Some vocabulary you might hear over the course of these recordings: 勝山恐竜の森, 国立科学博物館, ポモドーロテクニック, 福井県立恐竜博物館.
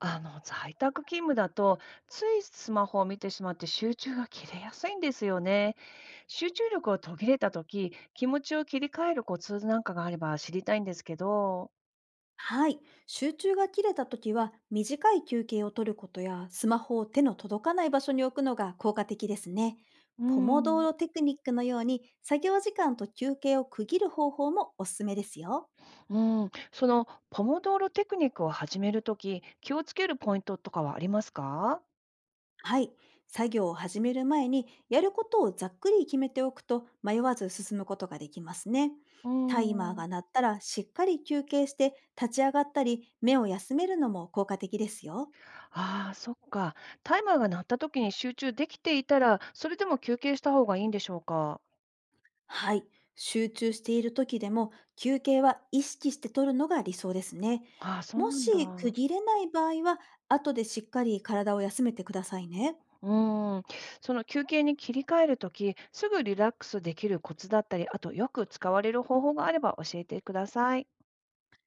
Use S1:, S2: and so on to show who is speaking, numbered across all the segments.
S1: 在宅勤務だと、ついスマホを見てしまって集中が切れやすいんですよね。集中力を途切れたとき、気持ちを切り替えるコツなんかがあれば知りたいんですけど。
S2: はい。集中が切れた時は、短い休憩を取ることや、スマホを手の届かない場所に置くのが効果的ですね。
S1: うー
S2: ポモドー
S1: ん。
S2: ロテクニックのように、作業時間と休憩を区切る方法もおすすめですよ。
S1: うーん。ポモドーロテクニックを始めるとき、気をつけるポイントとかはありますか？
S2: はい。作業を始める前に、やることをざっくり決めておくと、迷わず進むことができますね。
S1: うー
S2: タイマーが
S1: ん。
S2: 鳴ったら、しっかり休憩して、立ち上がったり、目を休めるのも効果的ですよ。
S1: ああ、そっか。タイマーが鳴ったときに集中できていたら、それでも休憩した方がいいんでしょうか？
S2: はい。集中している時でも休憩は意識して取るのが理想ですね。
S1: ああ、そう
S2: も
S1: なん
S2: し区
S1: だ。
S2: 切れない場合は、後でしっかり体を休めてくださいね。
S1: うーん、その休憩に切り替えるとき、すぐリラックスできるコツだったり、あとよく使われる方法があれば教えてください。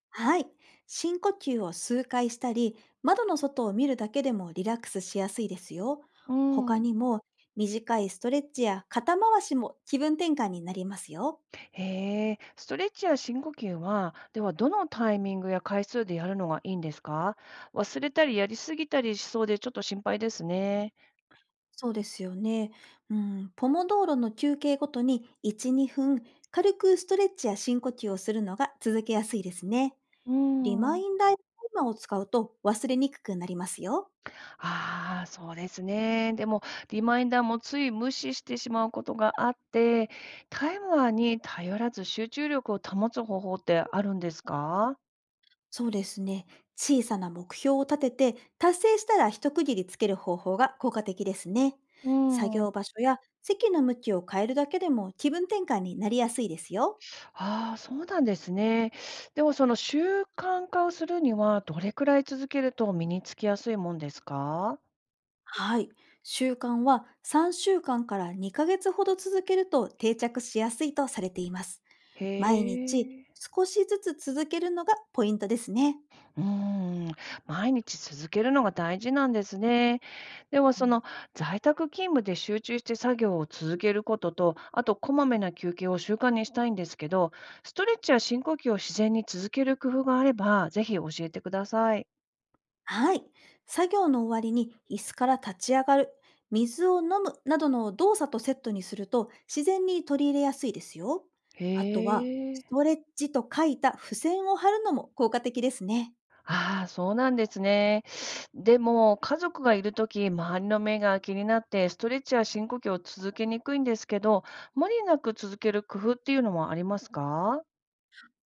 S2: はい。深呼吸を数回したり、窓の外を見るだけでもリラックスしやすいですよ。
S1: う
S2: 他
S1: ん、
S2: にも短いストレッチや肩回しも気分転換になりますよ。
S1: へえ、ストレッチや深呼吸は、ではどのタイミングや回数でやるのがいいんですか？忘れたりやりすぎたりしそうでちょっと心配ですね。
S2: そうですよね。うん、ポモ道路の休憩ごとに1、2分、軽くストレッチや深呼吸をするのが続けやすいですね。
S1: う
S2: リマ
S1: ん、
S2: インダーやタイマーを使うと忘れにくくなりますよ。
S1: ああ、そうですね。でも、リマインダーもつい無視してしまうことがあって、タイマーに頼らず集中力を保つ方法ってあるんですか？
S2: そうですね。小さな目標を立てて、達成したら一区切りつける方法が効果的ですね。
S1: う
S2: 作
S1: ん。
S2: 業場所や席の向きを変えるだけでも気分転換になりやすいですよ。
S1: ああ、そうなんですね。でもその習慣化をするには、どれくらい続けると身につきやすいもんですか？
S2: はい。習慣は3週間かんから2ヶ月ほど続けると定着しやすいとされています。毎
S1: へ
S2: 日
S1: え。
S2: 少しずつ続けるのがポイントですね。
S1: うーん、毎日続けるのが大事なんですね。で
S2: う
S1: はそ
S2: ん、
S1: の在宅勤務で集中して作業を続けることと、あとこまめな休憩を習慣にしたいんですけど、ストレッチや深呼吸を自然に続ける工夫があれば、ぜひ教えてください。
S2: はい。作業の終わりに椅子から立ち上がる、水を飲むなどの動作とセットにすると自然に取り入れやすいですよ。
S1: へ
S2: あとはス
S1: え。
S2: トレッチと書いた付箋を貼るのも効果的ですね。
S1: ああ、そうなんですね。でも、家族がいるとき、周りの目が気になって、ストレッチや深呼吸を続けにくいんですけど、無理なく続ける工夫っていうのもありますか？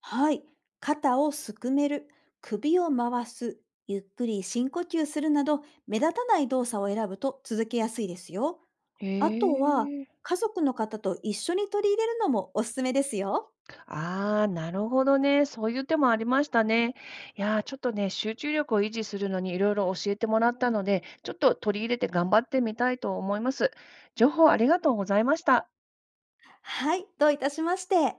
S2: はい。肩をすくめる、首を回す、ゆっくり深呼吸するなど、目立たない動作を選ぶと続けやすいですよ。
S1: へ
S2: あとは、
S1: え、
S2: 家族の方と一緒に取り入れるのもおすすめですよ。
S1: ああ、なるほどね。そういう手もありましたね。いやー、ちょっとね、集中力を維持するのにいろいろ教えてもらったので、ちょっと取り入れて頑張ってみたいと思います。情報ありがとうございました。
S2: はい。どういたしまして。